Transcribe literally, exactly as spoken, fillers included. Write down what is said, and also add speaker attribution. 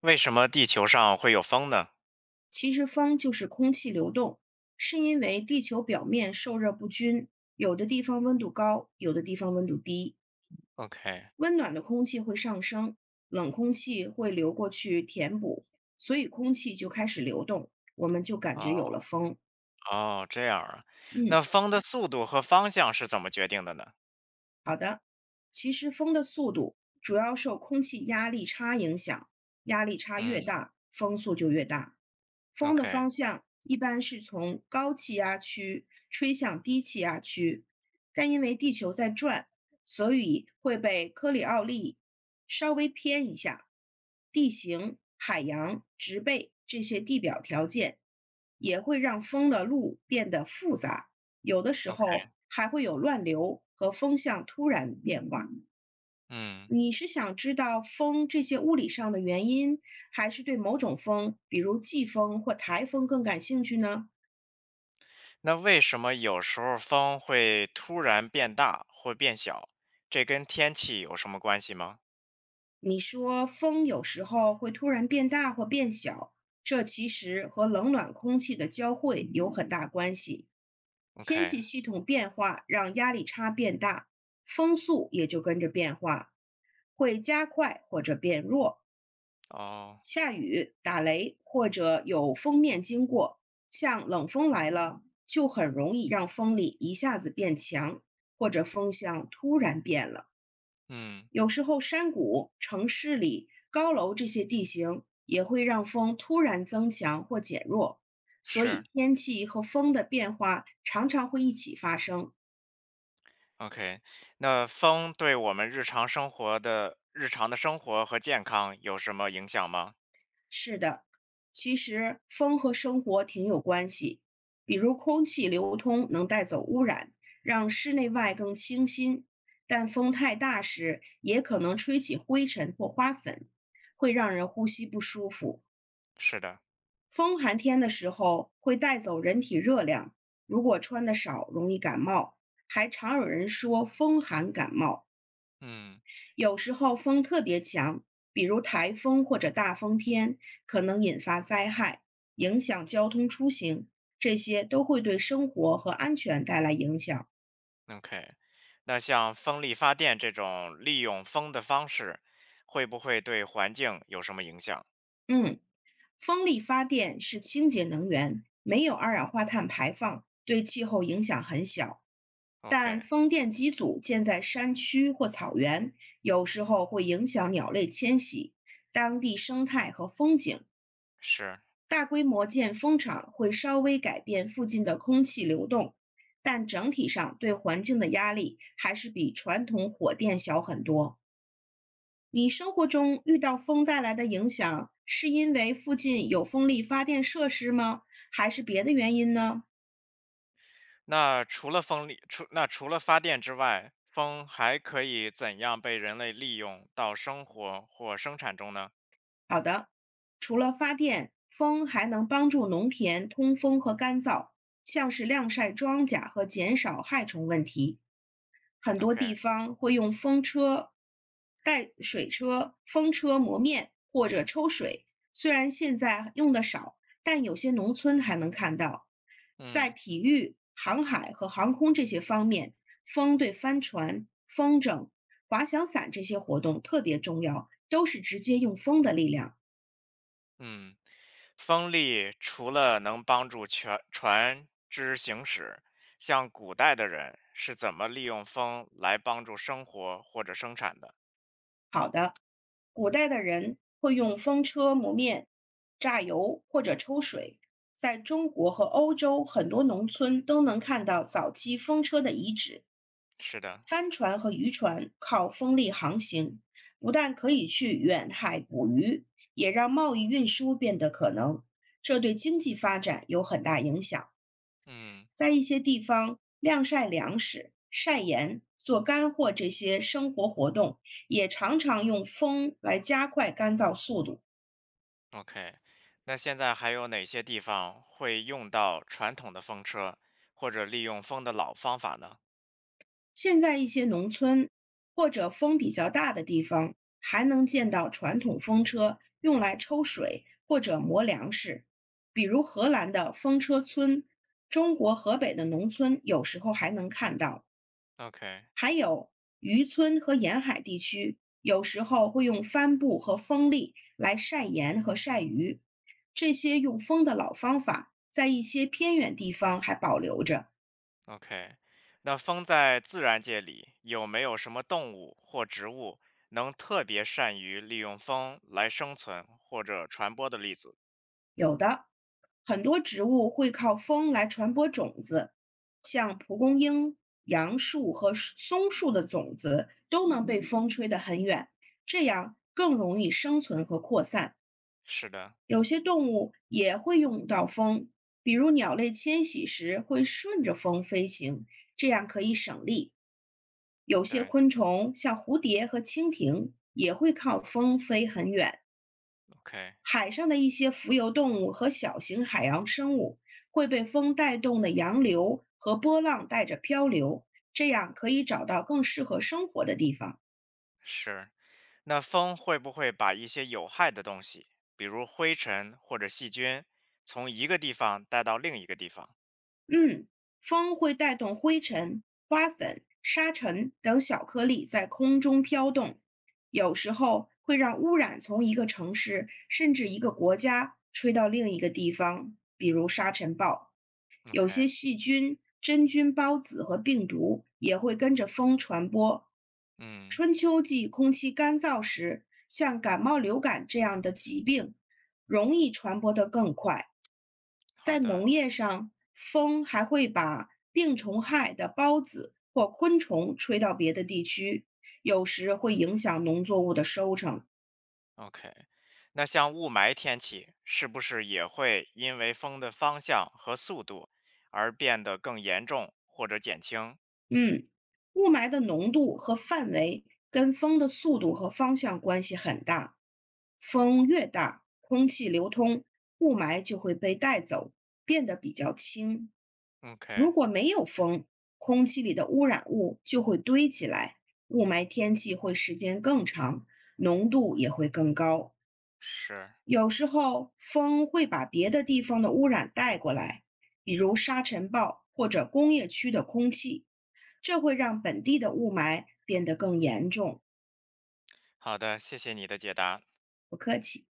Speaker 1: 为什么地球上会有风呢
Speaker 2: 其实风就是空气流动，是因为地球表面受热不均，有的地方温度高，有的地方温度低，
Speaker 1: ？OK，
Speaker 2: 温暖的空气会上升，冷空气会流过去填补，所以空气就开始流动，我们就感觉有
Speaker 1: 哦
Speaker 2: 了风。
Speaker 1: 哦，这样啊，
Speaker 2: 嗯，
Speaker 1: 那风的速度和方向是怎么决定的呢？
Speaker 2: 好的。其实风的速度主要受空气压力差影响，压力差
Speaker 1: 嗯
Speaker 2: 越大，风速就越大。风的
Speaker 1: ，OK
Speaker 2: 方向一般是从高气压区吹向低气压区，但因为地球在转，所以会被科里奥利稍微偏一下。地形、海洋、植被这些地表条件也会让风的路变得复杂。有的时候
Speaker 1: OK，
Speaker 2: 还会有乱流和风向突然变化。
Speaker 1: 嗯，
Speaker 2: 你是想知道风这些物理上的原因，还是对某种风，比如季风或台风更感兴趣呢？
Speaker 1: 那为什么有时候风会突然变大或变小？这跟天气有什么关系吗
Speaker 2: 你说风有时候会突然变大或变小，这其实和冷暖空气的交汇有很大关系。天
Speaker 1: ？OK，
Speaker 2: 气系统变化让压力差变大，风速也就跟着变化，会加快或者变弱。
Speaker 1: 哦，
Speaker 2: 下雨、打雷或者有封面经过，像冷风来了，就很容易让风力一下子变强，或者风向突然变了。
Speaker 1: 嗯，
Speaker 2: 有时候山谷、城市里、高楼这些地形也会让风突然增强或减弱，所以
Speaker 1: 是
Speaker 2: 天气和风的变化常常会一起发生。
Speaker 1: OK，那风对我们日常生活的日常的生活和健康有什么影响吗？
Speaker 2: 是的，其实风和生活挺有关系。比如空气流通能带走污染，让室内外更清新；但风太大时，也可能吹起灰尘或花粉，会让人呼吸不舒服。
Speaker 1: 是的，
Speaker 2: 风寒天的时候会带走人体热量，如果穿的少，容易感冒。还常有人说风寒感冒。
Speaker 1: 嗯。
Speaker 2: 有时候风特别强，比如台风或者大风天，可能引发灾害，影响交通出行，这些都会对生活和安全带来影响。
Speaker 1: 嗯 OK，那像风力发电这种利用风的方式，会不会对环境有什么影响
Speaker 2: 嗯，风力发电是清洁能源，没有二氧化碳排放，对气候影响很小。但
Speaker 1: ？OK，
Speaker 2: 风电机组建在山区或草原，有时候会影响鸟类迁徙，当地生态和风景
Speaker 1: 是。
Speaker 2: 大规模建风场会稍微改变附近的空气流动，但整体上对环境的压力还是比传统火电小很多。你生活中遇到风带来的影响，是因为附近有风力发电设施吗？还是别的原因呢？
Speaker 1: 那除了风力，除那除了发电之外，风还可以怎样被人类利用到生活或生产中呢
Speaker 2: 好的，除了发电，风还能帮助农田通风和干燥，像是晾晒庄稼和减少害虫问题。很多
Speaker 1: ？OK，
Speaker 2: 地方会用风车、带水车、风车磨面或者抽水。虽然现在用的少，但有些农村还能看到。在
Speaker 1: 嗯
Speaker 2: 体育、航海和航空这些方面，风对帆船、风筝、滑翔伞这些活动特别重要，都是直接用风的力量。
Speaker 1: 嗯，风力除了能帮助全船只行驶，像古代的人是怎么利用风来帮助生活或者生产的？
Speaker 2: 好的。古代的人会用风车磨面、榨油或者抽水。在中国和欧洲很多农村都能看到早期风车的遗址。
Speaker 1: 是的，
Speaker 2: 帆船和渔船靠风力航行，不但可以去远海捕鱼，也让贸易运输变得可能。这对经济发展有很大影响。
Speaker 1: 嗯。
Speaker 2: 在一些地方，晾晒粮食、晒盐、做干货这些生活活动，也常常用风来加快干燥速度。
Speaker 1: OK，那现在还有哪些地方会用到传统的风车，或者利用风的老方法呢
Speaker 2: 现在一些农村或者风比较大的地方，还能见到传统风车用来抽水或者磨粮食，比如荷兰的风车村，中国河北的农村有时候还能看到。还有渔村和沿海地区，有时候会用帆布和风力来晒盐和晒鱼。这些用风的老方法，在一些偏远地方还保留着。
Speaker 1: ？OK，OK，那风在自然界里有没有什么动物或植物能特别善于利用风来生存或者传播的例子？
Speaker 2: 有的，很多植物会靠风来传播种子，像蒲公英、杨树和松树的种子都能被风吹得很远，这样更容易生存和扩散。
Speaker 1: 是的，
Speaker 2: 有些动物也会用到风，比如鸟类迁徙时会顺着风飞行，这样可以省力。有些
Speaker 1: 对
Speaker 2: 昆虫，像蝴蝶和蜻蜓，也会靠风飞很远。
Speaker 1: ，OK，
Speaker 2: 海上的一些浮游动物和小型海洋生物会被风带动的洋流和波浪带着漂流，这样可以找到更适合生活的地方。
Speaker 1: 是。那风会不会把一些有害的东西，比如灰尘或者细菌，从一个地方带到另一个地方
Speaker 2: 嗯，风会带动灰尘、花粉、沙尘等小颗粒在空中飘动，有时候会让污染从一个城市甚至一个国家吹到另一个地方，比如沙尘暴。有
Speaker 1: ？OK，
Speaker 2: 些细菌、真菌孢子和病毒也会跟着风传播。
Speaker 1: 嗯。
Speaker 2: 春秋季空气干燥时，像感冒、流感这样的疾病容易传播得更快。
Speaker 1: 好
Speaker 2: 在
Speaker 1: 的
Speaker 2: 农业上，风还会把病虫害的孢子或昆虫吹到别的地区，有时会影响农作物的收成。
Speaker 1: ，OK。那像雾霾天气，是不是也会因为风的方向和速度而变得更严重或者减轻
Speaker 2: 嗯，雾霾的浓度和范围跟风的速度和方向关系很大。风越大，空气流通，雾霾就会被带走，变得比较轻。如
Speaker 1: ？OK，
Speaker 2: 果没有风，空气里的污染物就会堆起来，雾霾天气会时间更长，浓度也会更高。
Speaker 1: 是。
Speaker 2: 有时候风会把别的地方的污染带过来，比如沙尘暴或者工业区的空气，这会让本地的雾霾变得更严重。
Speaker 1: 好的，谢谢你的解答。
Speaker 2: 不客气。